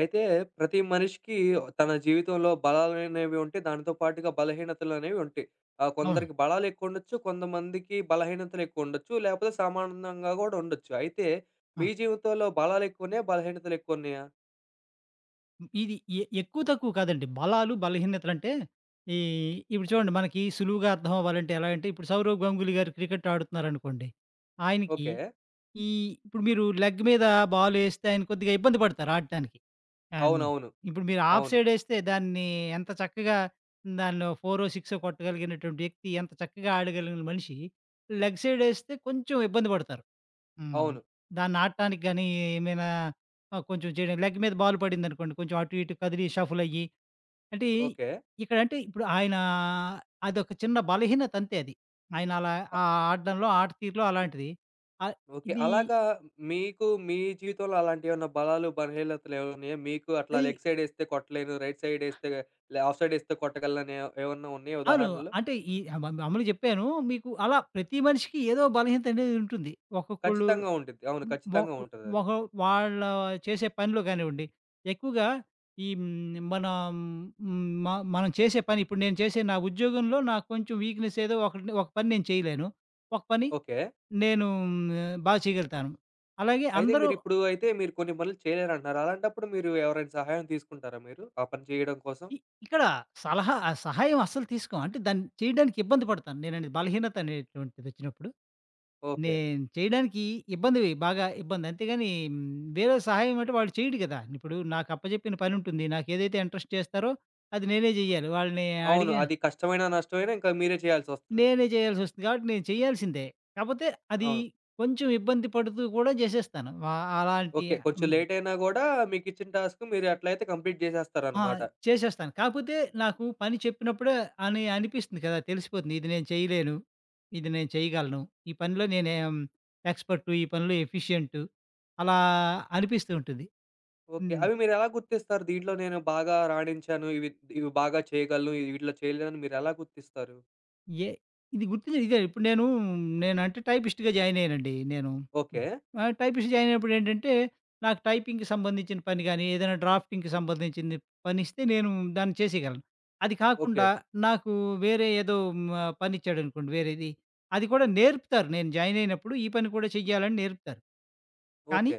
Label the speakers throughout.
Speaker 1: అయితే ప్రతి మనిషికి తన జీవితంలో బలాలనేవి ఉంటాయి. దానితో పాటుగా బలహీనతలనేవి ఉంటాయి.
Speaker 2: అవును.
Speaker 1: కొందరికి బలాలు ఎక్కువుండొచ్చు. కొంతమందికి బలహీనతలు ఎక్కువుండొచ్చు. లేకపోతే సమానంగా గూడా ఉండొచ్చు. అయితే
Speaker 2: ఆ!
Speaker 1: మీ జీవితంలో బలాలు ఎక్కువున్నాయా? బలహీనతలు ఎక్కువున్నాయా?
Speaker 2: ఇది ఎక్కువ తక్కువ కాదండి. బలాలు, బలహీనతలంటే ఈ ఇప్పుడు చూడండి, మనకి సులువుగా అర్థం అవ్వాలంటే ఎలా అంటే, ఇప్పుడు సౌరవ్ గంగూలీ గారు క్రికెట్ ఆడుతున్నారనుకోండి. ఆయనకి
Speaker 1: ఓకే.
Speaker 2: ఈ ఇప్పుడు మీరు లెగ్ మీద బాలేస్తే ఆయన కొద్దిగా ఇబ్బంది పడతారు ఆడటానికి. ఆన్
Speaker 1: అవునవును.
Speaker 2: ఇప్పుడు మీరు
Speaker 1: అవును.
Speaker 2: ఆఫ్
Speaker 1: అవును.
Speaker 2: సైడ్ ఎస్తే దాన్ని ఎంత చక్కగా దాన్నో ఫోరో, సిక్సో కొట్టగలిగినటువంటి వ్యక్తి, ఎంత చక్కగా ఆడగలిగిన మనిషి లెగ్ సైడ్ ఎస్తే కొంచెం ఇబ్బంది పడతారు. హ్మ్.
Speaker 1: అవును.
Speaker 2: దాన్ని ఆడటానికి గానీ ఏమైనా కొంచెం చేయడం, లెగ్ మీద బాల్ పడిందనుకోండి, కొంచెం అటు ఇటు కదిలి షఫుల్ అయ్యి, అంటే
Speaker 1: ఓకే.
Speaker 2: ఇక్కడంటే ఇప్పుడు ఆయన అదొక చిన్న బలహీనత అంతే అది. ఆయన అలా
Speaker 1: అ
Speaker 2: ఆ ఆడడంలో, ఆట తీరులో అలాంటిది. ఆహ్,
Speaker 1: ఓకే.
Speaker 2: ఇది
Speaker 1: అలాగా, మీకు మీ జీవితంలో అలాంటియేమన్నా బలాలు, బలహీనతలు ఏమన్నున్నాయా? మీకు అట్లా
Speaker 2: ఇది
Speaker 1: లెగ్ సైడ్ ఏస్తే కొట్టలేను. రైట్ సైడ్ ఏస్తే ఆఫ్ సైడ్ ఏస్తే కొట్టగలనని ఏమన్నా ఉన్నాయా
Speaker 2: అవును.
Speaker 1: ఉదాహరణలు?
Speaker 2: అంటే ఈ మ మామూలుగా చెప్పాను. మీకు అలా ప్రతి మనిషికి ఏదో బలహీనత అనేది ఉంటుంది. ఒక్కొక్కళ్ళు
Speaker 1: ఖచ్చితంగా ఉండిద్ది. అవును.
Speaker 2: హ్మ్. మొ
Speaker 1: ఖచ్చితంగా ఉంటదది.
Speaker 2: ఒక వాళ్ళ చేసే పనిలో కానివ్వండి, ఎక్కువగా ఈ హ్మ్, మన హ్మ్, మ మనం చేసే పని, ఇప్పుడు నేను చేసే నా ఉద్యోగంలో నాకు కొంచెం వీక్‌నెస్ ఏదో ఒకటి, ఒక పని నేను చేయలేను. ఒక పని
Speaker 1: ఓకే.
Speaker 2: నేను బాగా చేయగలుగుతాను. అలాగే
Speaker 1: అయితే
Speaker 2: అందరూ.
Speaker 1: మీరిప్పుడు అయితే మీరు కొన్ని పనులు చేయలేరంటున్నారు. అలాంటప్పుడు మీరు ఎవరైనా సహాయం తీసుకుంటారా మీరు? ఆ పని చేయడం కోసం?
Speaker 2: ఇ ఇక్కడ సలహా, ఆ సహాయం అస్సలు తీసుకోం. అంటే దాన్ని చేయడానికి ఇబ్బంది పడతాను, నేననేది బలహీనత అనేటువంటిదొచ్చినప్పుడు.
Speaker 1: ఓకే.
Speaker 2: నేను చేయడానికి ఇబ్బంది బాగా ఇబ్బంది. అంతేగాని వేరే సహాయం అంటే వాడు చేయడు కదా! ఇప్పుడు నాకు అప్పజెప్పిన పనుంటుంది. నాకేదైతే ఇంట్రెస్ట్ చేస్తారో అది నేనే జేయాలి. వాళ్ళని
Speaker 1: అవును.
Speaker 2: అడిగి
Speaker 1: అది కష్టమైనా, నష్టమైనా ఇంకా మీరే చేయాల్సొస్తది.
Speaker 2: నేనే చేయాల్సొస్తుంది కాబట్టి నేను చేయాల్సిందే. కాపోతే అది
Speaker 1: అవును.
Speaker 2: కొంచెం ఇబ్బంది పడుతూ కూడా జేసేస్తాను. ఆ! అలాంటి.
Speaker 1: ఓకే. కొంచెం
Speaker 2: హ్మ్.
Speaker 1: లేట్ అయినా గూడా మీకిచ్చిన టాస్క్ మీరు అట్లయితే కంప్లీట్
Speaker 2: ఆ!
Speaker 1: జేసేస్తారనమాట.
Speaker 2: చేసేస్తాను. కాపోతే నాకు పని చెప్పినప్పుడే అని అనిపిస్తుంది కదా! తెలిసిపోతుంది, ఇది నేను చేయలేను, ఇది నేను చేయగలను, ఈ పనిలో నేనే ఎక్స్‌పర్టు, ఈ పనిలో ఎఫిషియంటు అలా అనిపిస్తూ ఉంటుంది.
Speaker 1: ఓకే.
Speaker 2: హ్మ్.
Speaker 1: అవి మీరెలా గుర్తిస్తారు? దీంట్లో నేను బాగా రాణించాను. ఇవి ఇవి బాగా చేయగలను. ఇవి వీటిలో చేయలేనని మీరెలా గుర్తిస్తారు?
Speaker 2: ఏ ఇది గుర్తించే, ఇదే ఇప్పుడు నేను, టైపిస్ట్‌గా జాయిన్ అయ్యానండి నేను.
Speaker 1: ఓకే.
Speaker 2: హ్మ్. ఆహ్, టైపిస్ట్ జాయిన్ అయినప్పుడు ఏంటంటే, నాకు టైపింగ్‌కి సంబంధించిన పని గాని, ఏదైనా డ్రాఫ్టింగ్‌కి సంబంధించింది పనిస్తే నేను దాన్ని చేసేయగలను. అది
Speaker 1: ఓకే.
Speaker 2: కాకుండా నాకు వేరే ఏదో పనిచ్చాడనుకోండి వేరేది, అది కూడా నేర్పుతారు. నేను జాయిన్ అయినప్పుడు ఈ పని కూడా చెయ్యాలని నేర్పుతారు. కానీ
Speaker 1: ఓకే.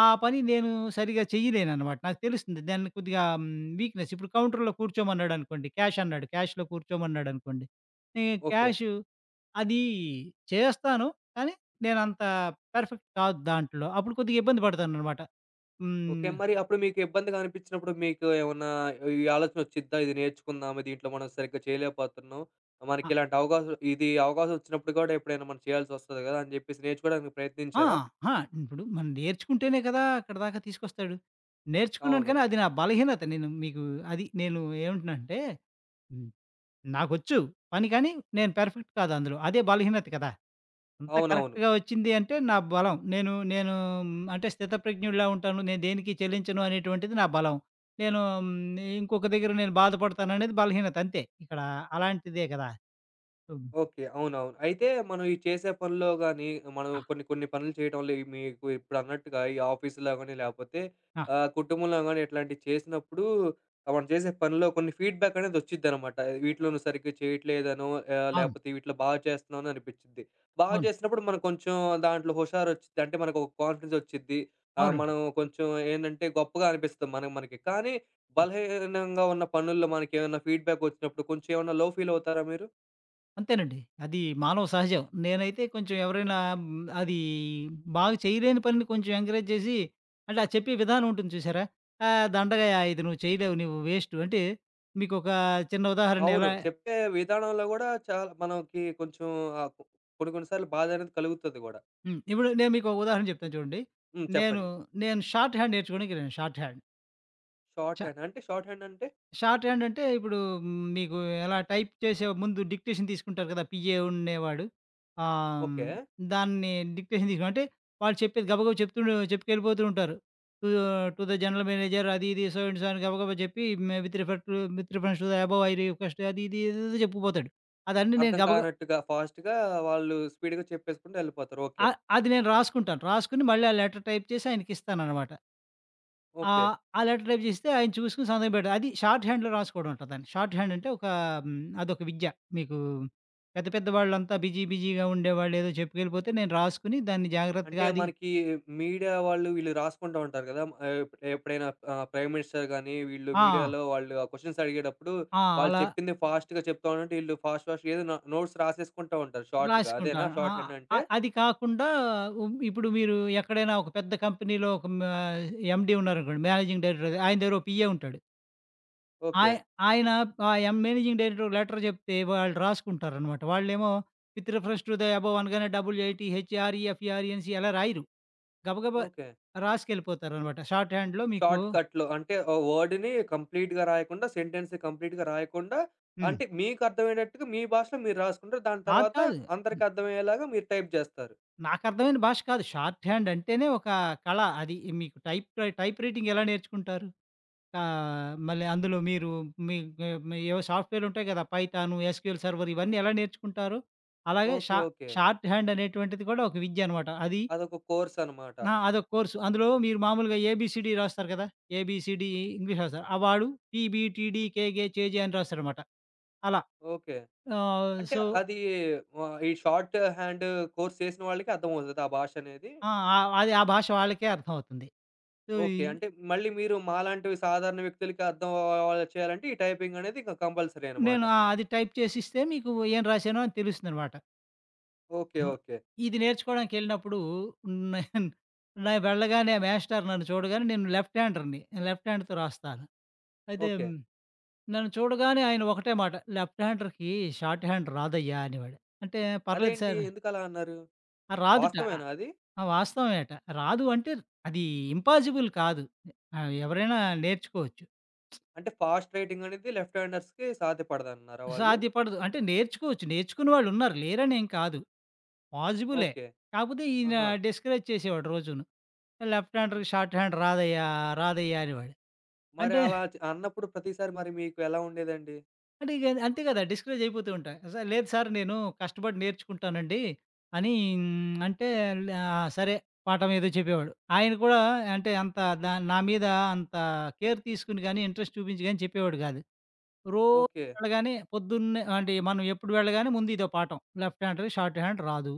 Speaker 2: ఆ పని నేను సరిగ్గా చెయ్యలేననమాట. నాకు తెలుస్తుంది, దాన్ని కొద్దిగా వీక్‌నెస్. ఇప్పుడు కౌంటర్‌లో కూర్చోమన్నాడనుకోండి, క్యాష్ అన్నాడు, క్యాష్‌లో కూర్చోమన్నాడనుకోండి, నేను
Speaker 1: ఓకే.
Speaker 2: క్యాషు అది చేస్తాను. కానీ నేనంత పర్ఫెక్ట్ కాదు దాంట్లో. అప్పుడు కొద్దిగా ఇబ్బంది పడతాననమాట.
Speaker 1: ఓకే.
Speaker 2: హ్మ్.
Speaker 1: మరి అప్పుడు మీకు ఇబ్బందిగా అనిపించినప్పుడు మీకు ఏమన్నా ఆలోచన వచ్చిద్దా? ఇది నేర్చుకుందాం. దీంట్లో మనం సరిగ్గా చేయలేకపోతున్నాం. మనకి
Speaker 2: అ
Speaker 1: ఇలాంటి అవకాశం ఇది అవకాశం వచ్చినప్పుడు కూడా ఎప్పుడైనా మనం చేయాల్సొస్తది గదా! అని జెప్పేసి నేర్చుకోవడానికి
Speaker 2: ఆ!
Speaker 1: ప్రయత్నించారా?
Speaker 2: ఆ! ఇప్పుడు మనం నేర్చుకుంటేనే కదా అక్కడి దాకా తీసుకొస్తాడు. నేర్చుకున్నాను,
Speaker 1: అవును.
Speaker 2: కానీ అది నా బలహీనత. నేను మీకు అది నేను ఏమంటున్నానంటే, హ్మ్, నాకొచ్చు పని కానీ నేను పర్ఫెక్ట్ కాదు అందులో. అదే బలహీనత కదా! అంతా
Speaker 1: అవునవును.
Speaker 2: కరెక్ట్‌గా వచ్చింది అంటే నా బలం. నేను నేను అంటే స్థితప్రజ్ఞుడిలా ఉంటాను. నేను దేనికి చెల్లించను అనేటువంటిది నా బలం. నేను ఇంకొక దగ్గర నేను బాధపడతాననేది బలహీనత అంతే. ఇక్కడ అలాంటిదే కదా! హ్మ్.
Speaker 1: ఓకే. అవునవును. అయితే మనం ఈ చేసే పనుల్లో గాని, మనం
Speaker 2: ఆ!
Speaker 1: కొన్ని కొన్ని పనులు చేయడం వల్ల, ఈ మీకు ఇప్పుడన్నట్టుగా ఈ ఆఫీస్‌లో గాని, లేపోతే
Speaker 2: ఆ!
Speaker 1: కుటుంబంలో గాని ఇట్లాంటివి చేసినప్పుడు, మనం చేసే పనిలో కొన్ని ఫీడ్‌బ్యాక్ అనేది ఒచ్చిద్దనమాట. వీటిలో నువ్వు సరిగ్గా చేయట్లేదనో,
Speaker 2: అవును.
Speaker 1: లేపోతే వీటిలో బాగా చేస్తున్నానో అనిపిచ్చిద్ది. బాగా
Speaker 2: అవును.
Speaker 1: చేసినప్పుడు మనం కొంచెం దాంట్లో హుషారొచ్చిద్ది. అంటే మనకొక కాన్ఫిడెన్స్ ఒచ్చిద్ది.
Speaker 2: అవునండి.
Speaker 1: మనం కొంచెం ఏందంటే గొప్పగా అనిపిస్తాం మనం మనకి. కానీ
Speaker 2: హ్మ్.
Speaker 1: బలహీనంగా ఉన్న పనుల్లో మనకేమన్నా ఫీడ్‌బ్యాక్ ఒచ్చినప్పుడు కొంచెం ఏమన్నా లో ఫీల్ అవుతారా మీరు?
Speaker 2: అంతేనండి. అది మానవ సహజం. నేనైతే కొంచెం ఎవరైనా అది బాగా చేయలేని పనిని కొంచెం ఎంకరేజ్ చేసి, అంటే ఆ చెప్పే విధానం ఉంటుంది చూసారా? "ఆ! దండగయ్యా, ఇది నువ్వు చేయలేవు, నువ్వు వేస్టు" అంటే మీకొక చిన్న ఉదాహరణ
Speaker 1: అవును.
Speaker 2: ఎలా.
Speaker 1: చెప్పే విధానంలో గూడా చాలా మనకి కొంచెం ఆహ్, కొ కొన్ని కొన్ని సార్లు బాధనేది కలుగుతది గూడా.
Speaker 2: హ్మ్. ఇప్పుడు నేను మీకు ఒక ఉదాహరణ చెప్తాను చూడండి.
Speaker 1: హ్మ్.
Speaker 2: నేను,
Speaker 1: చెప్పండి.
Speaker 2: నేను షార్ట్ హ్యాండ్ నేర్చుకోవడానికి ఎళ్ళాను, షార్ట్ హ్యాండ్.
Speaker 1: షార్ట్
Speaker 2: షా
Speaker 1: హ్యాండ్ అంటే షార్ట్ హ్యాండ్ అంటే
Speaker 2: షార్ట్ హ్యాండ్ అంటే ఇప్పుడు మీకు ఎలా, టైప్ చేసే ముందు డిక్టేషన్ తీసుకుంటారు కదా, పీఏ ఉండేవాడు. ఆహ్, హ్మ్,
Speaker 1: ఓకే.
Speaker 2: దాన్ని డిక్టేషన్ తీసుకుని, అంటే వాళ్ళు చెప్పేది గబగబా చెప్పుకెళ్ళిపోతూ ఉంటారు. To to the general manager అది ఇది సో అండ్ సో అని గబగబా చెప్పి, may with refer to with reference to the above I request అది ఇది ఏదేదో చెప్పుకుపోతాడు. అదన్నీ నేను
Speaker 1: అర్థం
Speaker 2: గబగ
Speaker 1: కానట్టుగా ఫాస్ట్‌గా వాళ్ళు స్పీడ్‌గా చెప్పేసుకుంటూ ఎళ్ళిపోతారు. ఓకే.
Speaker 2: ఆహ్, అది నేను రాసుకుంటాను. రాసుకొని మళ్ళీ ఆ లెటర్ టైప్ చేసి ఆయనకిస్తాననమాట. ఆ!
Speaker 1: ఓకే.
Speaker 2: ఆ లెటర్ టైప్ చేస్తే ఆయన చూసుకొని సంతకం పెట్టాలి. అది షార్ట్ హ్యాండ్‌లో రాసుకోవడం అంటారు దాన్ని. షార్ట్ హ్యాండ్ అంటే ఒక అదొక విద్య. మీకు, పెద్ద పెద్ద వాళ్ళంతా బిజీ బిజీగా ఉండేవాళ్ళు ఏదో చెప్పుకెళ్ళిపోతే, నేను రాసుకొని దాన్ని
Speaker 1: అంటే
Speaker 2: జాగ్రత్తగా అది.
Speaker 1: మనకి మీడియా వాళ్ళు వీళ్ళు రాసుకుంటా ఉంటారు గదా! ఆహ్, ఎప్పుడైనా ప్రైమ్ మినిస్టర్ గాని వీళ్ళు
Speaker 2: ఆ!
Speaker 1: మీడియాలో వాళ్ళు ఆ క్వెషన్స్ అడిగేటప్పుడు
Speaker 2: ఆ!
Speaker 1: వాళ్ళు
Speaker 2: అలా
Speaker 1: చెప్పింది ఫాస్ట్‌గా చెప్తా ఉంటే ఈళ్ళు ఫాస్ట్‌గా ఏదో నోట్స్ రాసేసుకుంటా ఉంటారు షార్ట్‌గా. అదేనా
Speaker 2: రాసుకుంటాను. ఆ!
Speaker 1: షార్ట్ హ్యాండ్ అంటే?
Speaker 2: అది కాకుండా ఇప్పుడు మీరు ఎక్కడైనా ఒక పెద్ద కంపెనీలో, ఒక మ ఎండీ ఉన్నారనుకోండి, మేనేజింగ్ డైరెక్టర్. ఆయన దగ్గర ఒక పీఏ ఉంటాడు.
Speaker 1: ఓకే.
Speaker 2: ఆయ ఆయన ఆ యం మేనేజింగ్ డైరెక్టర్ లెటర్ చెప్తే వాళ్ళు రాసుకుంటారనమాట. వాళ్ళేమో, with reference to the above అనగానే డబ్ల్యూఐటీ, హెచ్ఆర్‌ఈ, ఎఫ్ఈఆర్‌ఈఎన్‌సీ అలా రాయరు. గబగబా
Speaker 1: ఓకే.
Speaker 2: రాసుకెళ్ళిపోతారనమాట, షార్ట్ హ్యాండ్‌లో. మీకు.
Speaker 1: షార్ట్ కట్‌లో అంటే ఆ వర్డ్‌ని కంప్లీట్‌గా రాయకుండా, సెంటెన్స్ కంప్లీట్‌గా రాయకుండా,
Speaker 2: హ్మ్.
Speaker 1: అంటే మీకు అర్థమయ్యేటట్టుగా మీ భాషలో మీరు రాసుకుంటారు. దాని
Speaker 2: కాదు
Speaker 1: తర్వాత
Speaker 2: కాదు.
Speaker 1: అందరికి అర్థమయ్యేలాగా మీరు టైప్ జేస్తారు.
Speaker 2: నాకర్థమైన భాష కాదు. షార్ట్ హ్యాండ్ అంటేనే ఒక కళ అది. మీకు టైప్ రైటింగ్ ఎలా నేర్చుకుంటారు? ఆహ్, మళ్ళీ అందులో మీరు, మీ గ మీ ఏవో సాఫ్ట్‌వేర్‌లుంటాయి కదా! పైథాను, ఎస్‌క్యూఎల్ సర్వర్ ఇవన్నీ ఎలా నేర్చుకుంటారో అలాగే
Speaker 1: ఓకే. ఓకే.
Speaker 2: షార్ట్ హ్యాండ్ అనేటువంటిది కూడా ఒక విద్య అనమాట. అది.
Speaker 1: అదొక కోర్స్ అనమాట.
Speaker 2: ఆ! అదొక కోర్సు. అందులో మీరు మామూలుగా ఏబీసీడీ రాస్తారు కదా! ఏబీసీడీ ఇంగ్లీష్ రాస్తారు. ఆ! వాడు పీబీటీడీ కేగే చేజే అని రాస్తాడనమాట. అలా.
Speaker 1: ఓకే.
Speaker 2: ఆహ్,
Speaker 1: అంటే
Speaker 2: సో.
Speaker 1: అది ఈ షార్ట్ హ్యాండ్ కోర్స్ చేసిన వాళ్ళకి అర్థమవుతదా ఆ భాష అనేది?
Speaker 2: ఆ! ఆహ్, అది ఆ భాష వాళ్ళకే అర్థమవుతుంది. So,
Speaker 1: okay. అంటే మళ్ళీ మీరు మాలాంటివి సాధారణ వ్యక్తులకి అర్థం చేయాలంటే ఈ టైపింగ్ అనేది ఇంక కంపల్సరీ అనమాట.
Speaker 2: నేను ఆహ్, అది టైప్ చేసిస్తే మీకు ఏం రాశానో అని తెలుస్తుందనమాట.
Speaker 1: ఓకే. ఓకే.
Speaker 2: ఇది నేర్చుకోవడానికెళ్ళినప్పుడు, నేను నేను వెళ్ళగానే మేస్టారు నన్ను చూడగానే, నేను లెఫ్ట్ హ్యాండర్‌ని, లెఫ్ట్ హ్యాండ్‌తో రాస్తాను. అయితే
Speaker 1: ఓకే.
Speaker 2: నన్ను చూడగానే ఆయన ఒకటే మాట, "లెఫ్ట్ హ్యాండర్‌కి షార్ట్ హ్యాండ్ రాదయ్యా" అనేవాడు. అంటే, "పర్లేదు
Speaker 1: అదేంటి
Speaker 2: సార్."
Speaker 1: ఎందుకలా అన్నారు?
Speaker 2: ఆ! రాదుట.
Speaker 1: వాస్తవేనా అది?
Speaker 2: ఆ! వాస్తవమేట. రాదు అంటే అది ఇంపాసిబుల్ కాదు, ఆహ్, ఎవరైనా నేర్చుకోవచ్చు.
Speaker 1: అంటే ఫాస్ట్ రైటింగ్ అనేది లెఫ్ట్ హ్యాండర్స్‌కి సాధ్యపడదన్నారా వాళ్ళు?
Speaker 2: సాధ్యపడదు, అంటే నేర్చుకోవచ్చు, నేర్చుకున్న వాళ్ళున్నారు, లేరనేం కాదు, పాజిబులే.
Speaker 1: ఓకే.
Speaker 2: కాకపోతే ఈయన
Speaker 1: ఆహా!
Speaker 2: డిస్కరేజ్ చేసేవాడు రోజును, "లెఫ్ట్
Speaker 1: ఆ!
Speaker 2: హ్యాండర్‌కి షార్ట్ హ్యాండ్ రాదయ్యా, రాదయ్యా" అనేవాడు.
Speaker 1: మరి
Speaker 2: అంటే
Speaker 1: అలా అన్నప్పుడు ప్రతిసారి మరి మీకు ఎలా ఉండేదండి?
Speaker 2: అంటే ఇగ అంతే గదా, డిస్కరేజ్ అయిపోతూ ఉంటా. సార్, లేదు సార్ నేను కష్టపడి నేర్చుకుంటానండి అని హ్మ్, అంటే ల సరే పాఠం ఏదో చెప్పేవాడు. ఆయన కూడా అంటే అంత దా నా మీద అంత కేర్ తీసుకొని గాని, ఇంట్రెస్ట్ చూపించి గాని చెప్పేవాడు గాదు. రోజు
Speaker 1: ఓకే.
Speaker 2: వెళ్ళగానే పొద్దున్నే, అంటే మనం ఎప్పుడు వెళ్ళగానే ముందు ఇదో పాఠం, లెఫ్ట్ హ్యాండ్ షార్ట్ హ్యాండ్ రాదు.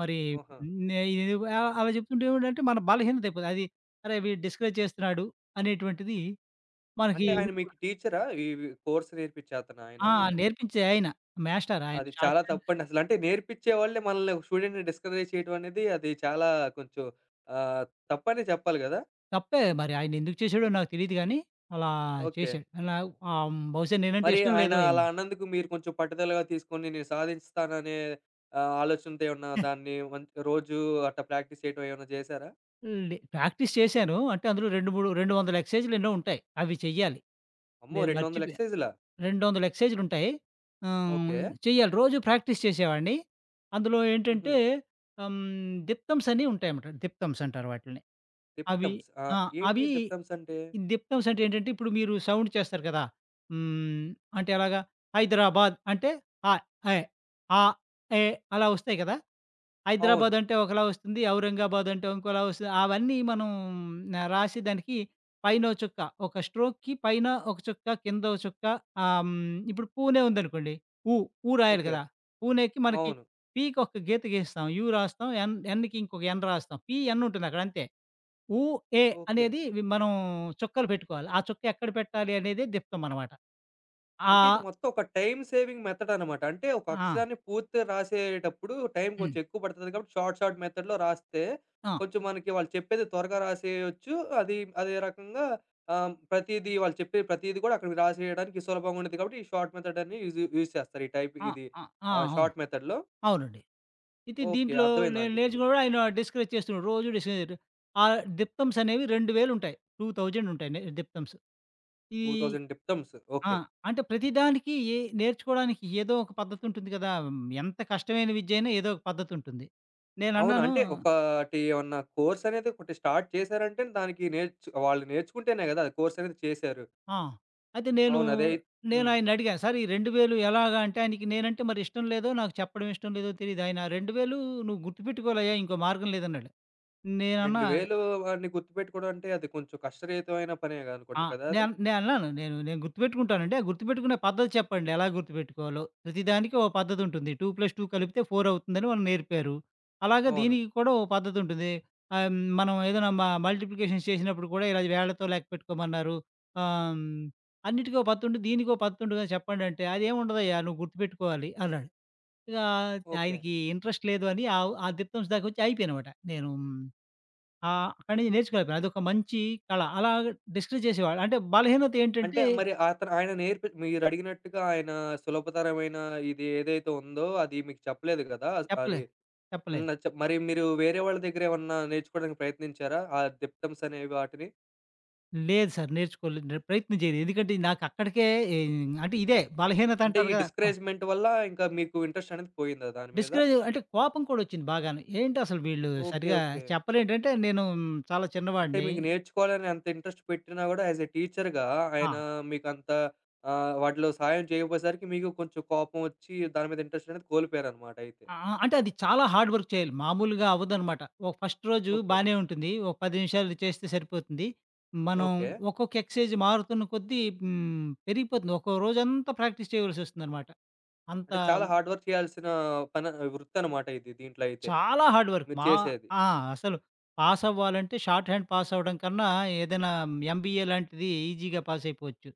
Speaker 2: మరి
Speaker 1: ఆహా!
Speaker 2: నే ఇది ఆహ్, అలా చెప్తుంటే ఏమిటంటే మన బలహీనత అయిపోతది. అది, అరే వీడు డిస్కరేజ్ చేస్తున్నాడు అనేటువంటిది మనకి
Speaker 1: అంటే ఆయన
Speaker 2: ఉండిపోతుంది.
Speaker 1: మీకు టీచరా? ఇవి కోర్స్ నేర్పిచ్చే అతనా ఆయన
Speaker 2: ఆ!
Speaker 1: మీకు?
Speaker 2: నేర్పించే ఆయన, మాస్టర్ ఆయన,
Speaker 1: అది
Speaker 2: షార్ట్
Speaker 1: చాలా
Speaker 2: హ్యాండ్.
Speaker 1: తప్పండి అసలు. అంటే నేర్పిచ్చే వాళ్ళే మనల్ని ఒక స్టూడెంట్‌ని డిస్కరేజ్ చేయడం అనేది అది చాలా కొంచెం ఆహ్, తప్పనే చెప్పాలి గదా!
Speaker 2: తప్పే మరి. ఆయనెందుకు చేశాడో నాకు తెలీదు గానీ, అలా
Speaker 1: ఓకే.
Speaker 2: చేశాడు. అలా, ఆహ్, బహుశా నేనంటే
Speaker 1: మరి
Speaker 2: ఇష్టం
Speaker 1: ఆయన
Speaker 2: లేదో
Speaker 1: అలా
Speaker 2: ఏమో.
Speaker 1: అన్నందుకు మీరు కొంచెం పట్టుదలగా తీసుకొని నేను సాధిస్తాననే ఆలోచనతో ఏమన్నా దాన్ని మంచి రోజు అట్టా ప్రాక్టీస్ చేయడం ఏమన్నా చేశారా?
Speaker 2: ప్రాక్టీస్ చేశాను. అంటే అందులో 2, 3 200 ఎక్సర్‌సైజులు, ఎన్నో ఉంటాయి, అవి చెయ్యాలి.
Speaker 1: అమ్మో!
Speaker 2: నేను
Speaker 1: 200
Speaker 2: మర్చిపోయా,
Speaker 1: ఎక్సైజ్‌లా?
Speaker 2: 200 ఎక్సర్‌సైజులుంటాయి. ఆహ్,
Speaker 1: ఓకే.
Speaker 2: చెయ్యాలి, రోజు ప్రాక్టీస్ చేసేవాడిని. అందులో
Speaker 1: హుహు.
Speaker 2: ఏంటంటే, హ్మ్, దిప్తమ్స్ అని ఉంటాయన్నమాట, దిప్తమ్స్ అంటారు వాటిలిని. అవి.
Speaker 1: దిప్తమ్స్. ఆ!
Speaker 2: ఆ!
Speaker 1: ఏంటి
Speaker 2: అవి
Speaker 1: దిప్తమ్స్ అంటే?
Speaker 2: దిప్తమ్స్ అంటే ఏంటంటే, ఇప్పుడు మీరు సౌండ్ చేస్తారు కదా! హ్మ్. అంటే ఎలాగా? 'హైదరాబాద్' అంటే అ, ఎ, ఆ, ఏ అలా వస్తాయి కదా!
Speaker 1: అవును.
Speaker 2: 'హైదరాబాద్' అంటే ఒకలా వస్తుంది, 'ఔరంగాబాద్' అంటే ఇంకోలా వస్తుంది. అవన్నీ మనం రాసి, దానికి పైనో చుక్క, ఒక స్ట్రోక్‌కి పైన ఒక చుక్క, కింద ఒక చుక్క. ఇప్పుడు 'పూణె' ఉందనుకోండి, 'ఉ, ఉ' రాయాలి
Speaker 1: ఓకే.
Speaker 2: కదా! 'పూణె'కి మనకి
Speaker 1: అవును.
Speaker 2: 'పి'కి ఒక గీత గీస్తాం, 'యు' రాస్తాం, 'ఎన్'కి ఇంకొక 'ఎన్' రాస్తాం, 'పి, ఎన్' ఉంటుంది అక్కడ అంతే. ఊ, ఏ
Speaker 1: ఓకే.
Speaker 2: అనేది మనం చుక్కలు పెట్టుకోవాలి. ఆ చుక్క ఎక్కడ పెట్టాలి అనేది దిప్తం అనమాట. ఆ!
Speaker 1: అంటే ఇది మొత్తం ఒక టైమ్ సేవింగ్ మెథడ్ అనమాట. అంటే ఒక
Speaker 2: ఆ!
Speaker 1: అక్షరాన్ని పూర్తిగా రాసేటప్పుడు టైం
Speaker 2: హ్మ్.
Speaker 1: కొంచెం ఎక్కువ పడతది కాబట్టి షార్ట్ షార్ట్ మెథడ్‌లో రాస్తే
Speaker 2: ఆ!
Speaker 1: కొంచెం మనకి వాళ్ళు చెప్పేది త్వరగా రాసేయొచ్చు. అది అదే రకంగా ప్రతీదీ వాళ్ళు చెప్పే ప్రతీది కూడా అక్కడికి రాసేయడానికి సులభంగా ఉండిద్ది కాబట్టి ఈ షార్ట్ మెథడ్ అని యూజ్ యూజ్ చేస్తారు. ఈ టైప్
Speaker 2: ఆ!
Speaker 1: ఇది
Speaker 2: ఆ! ఆ! అవును.
Speaker 1: షార్ట్ మెథడ్‌లో.
Speaker 2: అవునండి. అయితే
Speaker 1: ఓకే.
Speaker 2: దీంట్లో
Speaker 1: అర్థమైంది
Speaker 2: నేను
Speaker 1: నాకిప్పుడు.
Speaker 2: నేర్చుకున్నప్పుడు ఆయన డిస్కరేజ్ చేస్తున్నాడు, రోజు డిస్కరేజ్ చేయడం. ఆ దిప్తమ్స్ అనేవి 2000 ఉంటాయి, 2000 ఉంటాయి నే దిప్తమ్స్. ఈ
Speaker 1: 2000 దిప్తమ్స్.
Speaker 2: ఆ!
Speaker 1: ఓకే.
Speaker 2: అంటే ప్రతిదానికి నేర్చుకోవడానికి ఏదో ఒక పద్ధతి ఉంటుంది కదా! ఎంత కష్టమైన విద్య అయినా ఏదో ఒక పద్ధతి ఉంటుంది.
Speaker 1: అవును.
Speaker 2: నేనన్నాను.
Speaker 1: అంటే ఒకటి ఏమన్నా కోర్స్ అనేది ఒకటి స్టార్ట్ చేశారంటే దానికి వాళ్ళు నేర్చుకుంటేనే గదా! అది కోర్స్ అనేది చేశారు.
Speaker 2: ఆ! అయితే
Speaker 1: అవును. అదే హ్మ్.
Speaker 2: నేనాయనడిగాను, "సార్, ఈ 2000 ఎలాగా?" అంటే ఆయనకి నేనంటే మరి ఇష్టం లేదో, నాకు చెప్పడం ఇష్టం లేదో తెలీదు. ఆయన, "2000 నువ్వు గుర్తుపెట్టుకోవాలయ్యా, ఇంకో మార్గం లేదన్నాడు." నేనన్నా.
Speaker 1: 2000 వాడిని గుర్తుపెట్టుకోవడం అంటే అది కొంచెం కష్టరహితమైన పనే అనుకుంట
Speaker 2: ఆ!
Speaker 1: కదా అది?
Speaker 2: నేనన్నాను, నేను నేను గుర్తుపెట్టుకుంటానండి, ఆ గుర్తుపెట్టుకునే పద్ధతి చెప్పండి, ఎలా గుర్తుపెట్టుకోవాలో? ప్రతిదానికి ఓ పద్ధతుంటుంది. 2+2 కలిపితే 4 అవుతుందని వాళ్ళు నేర్పారు, అలాగే
Speaker 1: అవును.
Speaker 2: దీనికి కూడా ఓ పద్ధతుంటుంది. మనం ఏదైనా మల్టిప్లికేషన్స్ చేసినప్పుడు కూడా ఇలా వేళ్ళతో లెక్క పెట్టుకోమన్నారు. ఆహ్, హ్మ్, అన్నిటికో పద్ధతుంటుంది, దీనికో పద్ధతుంటుందని చెప్పండంటే, "అదేముండదయ్యా, నువ్వు గుర్తుపెట్టుకోవాలి" అన్నాడు. ఇక
Speaker 1: ఓకే.
Speaker 2: ఆయనకి ఇంట్రెస్ట్ లేదు అని, ఆ ఆ దిప్తాంష్ దాకొచ్చి ఆగిపోయానమాట నేను. ఆ! అక్కడి నుంచి నేర్చుకోలేకపోయాను. అదొక మంచి కళ. అలా డిస్కస్ చేసేవాళ్ళు. అంటే బలహీనత
Speaker 1: అంటే
Speaker 2: ఏంటంటే.
Speaker 1: మరి అతను ఆయన నేర్పి మీరు అడిగినట్టుగా ఆయన సులభతరమైన ఇది ఏదైతే ఉందో అది మీకు చెప్పలేదు గదా! అది
Speaker 2: చెప్పలేదు.
Speaker 1: హ్మ్.
Speaker 2: చెప్పలేదు.
Speaker 1: అది చెప్ మరి మీరు వేరే వాళ్ళ దగ్గర ఏమన్నా నేర్చుకోవడానికి ప్రయత్నించారా? ఆ దిప్తమ్స్ అనేవి వాటిని?
Speaker 2: లేదు సార్, నేర్చుకోలేదు, నేను ప్రయత్నం చేయలేదు. ఎందుకంటే నాకు అక్కడికే అంటే ఇదే బలహీనత
Speaker 1: అంటే
Speaker 2: అంటారు
Speaker 1: ఈ
Speaker 2: కదా!
Speaker 1: డిస్కరేజ్‌మెంట్ వల్ల ఇంకా మీకు ఇంట్రెస్ట్ అనేది పోయిందా దాని మీద?
Speaker 2: డిస్కరేజ్ అంటే కోపం కూడా వచ్చింది బాగాను. ఏంటసలు వీళ్ళు
Speaker 1: ఓకే.
Speaker 2: సరిగ్గా
Speaker 1: ఓకే.
Speaker 2: చెప్పరేంటంటే, నేను చాలా
Speaker 1: అంటే
Speaker 2: చిన్నవాడిని.
Speaker 1: మీకు నేర్చుకోవాలని అంత ఇంట్రెస్ట్ పెట్టినా గూడా యాస్ ఎ టీచర్‌గా
Speaker 2: ఆ!
Speaker 1: ఆయన మీకంత వాటిలో సహాయం చేయకపోయేసరికి మీకు కొంచెం కోపం వచ్చి దాని మీద ఇంట్రెస్ట్ అనేది కోల్పోయారనమాట అయితే.
Speaker 2: ఆ! అంటే అది చాలా హార్డ్ వర్క్ చేయాలి, మామూలుగా అవ్వదనమాట. ఒక ఫస్ట్ రోజు
Speaker 1: ఓకే.
Speaker 2: బానే ఉంటుంది, ఒక 10 నిమిషాలు చేస్తే సరిపోతుంది. మనం
Speaker 1: ఓకే.
Speaker 2: ఒక్కొక్క ఎక్సర్‌సైజ్ మారుతున్న కొద్దీ పెరిగిపోతుంది, ఒక్కో రోజంతా ప్రాక్టీస్ చేయవలసొస్తుందనమాట. అంత.
Speaker 1: అంటే చాలా హార్డ్ వర్క్ చేయాల్సిన పని వృత్తనమాట ఇది దీంట్లో అయితే
Speaker 2: చాలా హార్డ్ వర్క్.
Speaker 1: మీరు చేసేది.
Speaker 2: ఆ! అసలు పాసవ్వాలంటే, షార్ట్ హ్యాండ్ పాసవ్వడం కన్నా ఏదైనా ఎంబీఏ లాంటిది ఈజీగా పాసయిపోవచ్చు.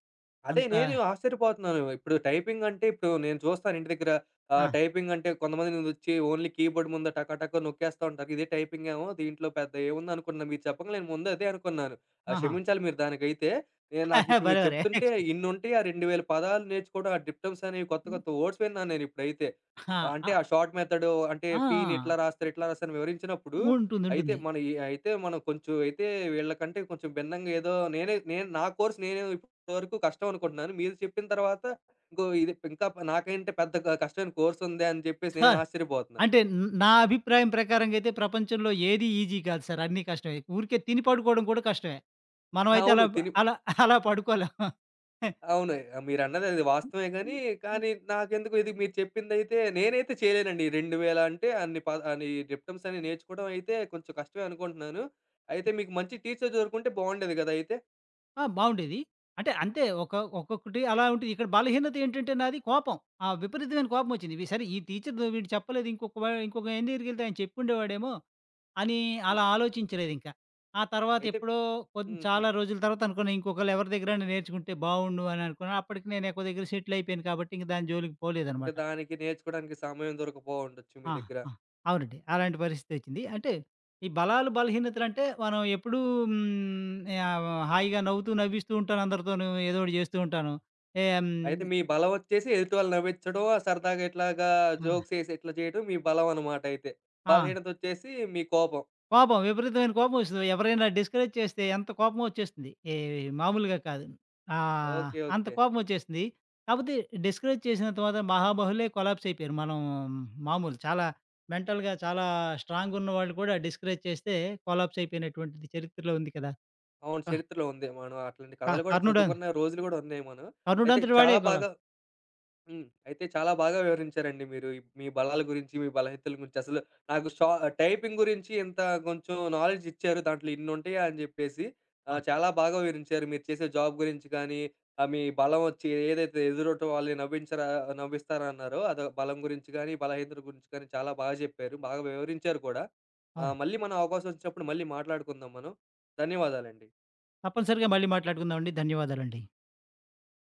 Speaker 1: అదే
Speaker 2: అంత.
Speaker 1: నేను ఆశ్చర్యపోతున్నాను. ఇప్పుడు టైపింగ్ అంటే ఇప్పుడు నేను చూస్తాను ఇంటి దగ్గర
Speaker 2: ఆ!
Speaker 1: టైపింగ్ అంటే కొంతమందినొచ్చి ఓన్లీ కీబోర్డ్ ముందు టక టక నొక్కేస్తా ఉంటారు. ఇదే టైపింగ్ ఏమో దీంట్లో పెద్ద ఏముందనుకున్నా. మీరు చెప్పంగానే నేను ముందు అదే అనుకున్నాను.
Speaker 2: ఆహా!
Speaker 1: క్షమించాలి మీరు దానికైతే. నాకిప్పుడు
Speaker 2: భలే!
Speaker 1: మీరు
Speaker 2: భలే!
Speaker 1: చెప్తుంటే ఇన్నుంటాయి. ఆ 2000 పదాలు నేర్చుకోవడం, ఆ డిప్టమ్స్ అనేవి కొత్త
Speaker 2: హ్మ్.
Speaker 1: కొత్త వర్డ్స్ విన్నాను నేనిప్పుడైతే.
Speaker 2: ఆ!
Speaker 1: అంటే
Speaker 2: ఆ!
Speaker 1: ఆ షార్ట్ మెథడు అంటే పీని ఇట్లా
Speaker 2: ఆ!
Speaker 1: రాస్తారు, ఇట్లా రాస్తారు అని వివరించినప్పుడు
Speaker 2: ఉంటుంది,
Speaker 1: అయితే
Speaker 2: ఉంటుంది.
Speaker 1: మన ఈ అయితే మనం కొంచెం అయితే వీళ్ళకంటే కొంచెం భిన్నంగా ఏదో నేను నా కోర్స్ నేను వరకు కష్టం అనుకుంటున్నాను. మీరు చెప్పిన తర్వాత ఇంకో ఇది ఇంకా నాకంటే పెద్ద కష్టమైన కోర్స్ ఉందే అని చెప్పేసి
Speaker 2: హా!
Speaker 1: నేను ఆశ్చర్యపోతున్నాను.
Speaker 2: అంటే నా అభిప్రాయం ప్రకారంగా అయితే, ప్రపంచంలో ఏది ఈజీ కాదు సార్, అన్నీ కష్టమే. ఊరికే తిని పడుకోవడం కూడా కష్టమే. మనమైతే
Speaker 1: అవును.
Speaker 2: అలా
Speaker 1: తిని
Speaker 2: అలా అలా పడుకోలేం.
Speaker 1: అవును. మీరన్నది అది వాస్తవమే గానీ, కానీ నాకెందుకో ఇది మీరు చెప్పిందైతే నేనైతే చేయలేనండి. 2000 అంటే అన్ని డిప్టమ్స్ అన్ని నేర్చుకోవడం అయితే కొంచెం కష్టమే అనుకుంటున్నాను. అయితే మీకు మంచి టీచర్ దొరుకుంటే బావుండేది గదా! అయితే.
Speaker 2: ఆ! బావుండేది. అంటే అంతే ఒక ఒక్కొక్కటి అలా ఉంటది. ఇక్కడ బలహీనత ఏంటంటే, నాది కోపం. ఆ విపరీతమైన కోపమొచ్చింది. సరే, ఈ టీచరు వీడు చెప్పలేదు, ఇంకొక ఆయన దగ్గరికెళ్తే ఆయన చెప్పుండేవాడేమో అని
Speaker 1: హ్మ్.
Speaker 2: అలా ఆలోచించలేదింక. ఆ తర్వాత
Speaker 1: అయితే
Speaker 2: ఎప్పుడో
Speaker 1: హుహు.
Speaker 2: చాలా రోజుల తర్వాత అనుకున్నా, ఇంకొకళ్ళు ఎవరి దగ్గరైనా నేర్చుకుంటే బావుండు అని అనుకున్నా. అప్పటికి నేను ఎక్కో దగ్గర సెటిల్ అయిపోయాను కాబట్టి ఇంక దాని జోలికి
Speaker 1: ఇంక
Speaker 2: పోలేదనమాట.
Speaker 1: దానికి నేర్చుకోవడానికి సమయం దొరకపోవుండొచ్చు మీ
Speaker 2: ఆ!
Speaker 1: దగ్గర.
Speaker 2: ఆ! అవునండి, అలాంటి పరిస్థితొచ్చింది. అంటే, ఈ బలాలు, బలహీనతలంటే మనం ఎప్పుడూ హ్మ్, యావ్ హాయిగా నవ్వుతూ, నవ్విస్తూ ఉంటాను అందరితోనూ, ఏదో ఒకటి జేస్తూ ఉంటాను. ఏం.
Speaker 1: అయితే మీ బలమొచ్చేసి ఎదుటి వాళ్ళని నవ్విచ్చడం, సరదాగా ఇట్లాగా
Speaker 2: ఆ!
Speaker 1: జోక్స్ ఏసి ఇట్లా చేయడం మీ బలం అనమాట అయితే.
Speaker 2: ఆ!
Speaker 1: బలహీనతొచ్చేసి మీ కోపం.
Speaker 2: కోపం, విపరీతమైన కోపమొస్తది. ఎవరైనా డిస్కరేజ్ చేస్తే ఎంత కోపమో వచ్చేస్తుంది. మామూలుగా కాదు, ఆహ్,
Speaker 1: ఓకే.
Speaker 2: అంత
Speaker 1: ఓకే.
Speaker 2: కోపమొచ్చేస్తుంది. కాపోతే డిస్కరేజ్ చేసినంత మాత్రాన మహాబాహులే కొలాప్స్ అయిపోయారు. మనం మామూలు చాలా మెంటల్‌గా చాలా స్ట్రాంగున్న వాళ్ళు కూడా డిస్కరేజ్ చేస్తే కొలాప్స్ అయిపోయినటువంటిది చరిత్రలో ఉంది కదా!
Speaker 1: అవును. చరిత్రలో ఉంది. మనం అట్లాంటి కథలు కూడా
Speaker 2: కర్ణుడు,
Speaker 1: చదువుకున్న రోజులు గూడా ఉన్నాయి మనం. అయితే
Speaker 2: కర్ణుడంతటి
Speaker 1: చాలా
Speaker 2: వాడే కదా!
Speaker 1: బాగా హ్మ్. అయితే చాలా బాగా వివరించారండి మీరు. ఈ- మీ బలాల గురించి, మీ బలహీనతల గురించి అసలు నాకు షా టైపింగ్ గురించి ఇంత కొంచెం నాలెడ్జ్ ఇచ్చారు. దాంట్లో ఇన్నుంటాయా అని జెప్పేసి
Speaker 2: అవును.
Speaker 1: చాలా బాగా వివరించారు. మీరు చేసే జాబ్ గురించి కానీ, మీ బలం వచ్చి ఏదైతే ఎదురొటి వాళ్ళని నవ్వించరా నవ్విస్తారన్నారో అది బలం గురించి గానీ, బలహీనతల గురించి కానీ చాలా బాగా జెప్పారు. బాగా వివరించారు కూడా.
Speaker 2: అవును.
Speaker 1: మళ్ళీ మనం అవకాశం వచ్చినప్పుడు మళ్ళీ మాట్లాడుకుందాం మనం. ధన్యవాదాలండి.
Speaker 2: తప్పనిసరిగా మళ్ళీ మాట్లాడుకుందామండి. ధన్యవాదాలండి.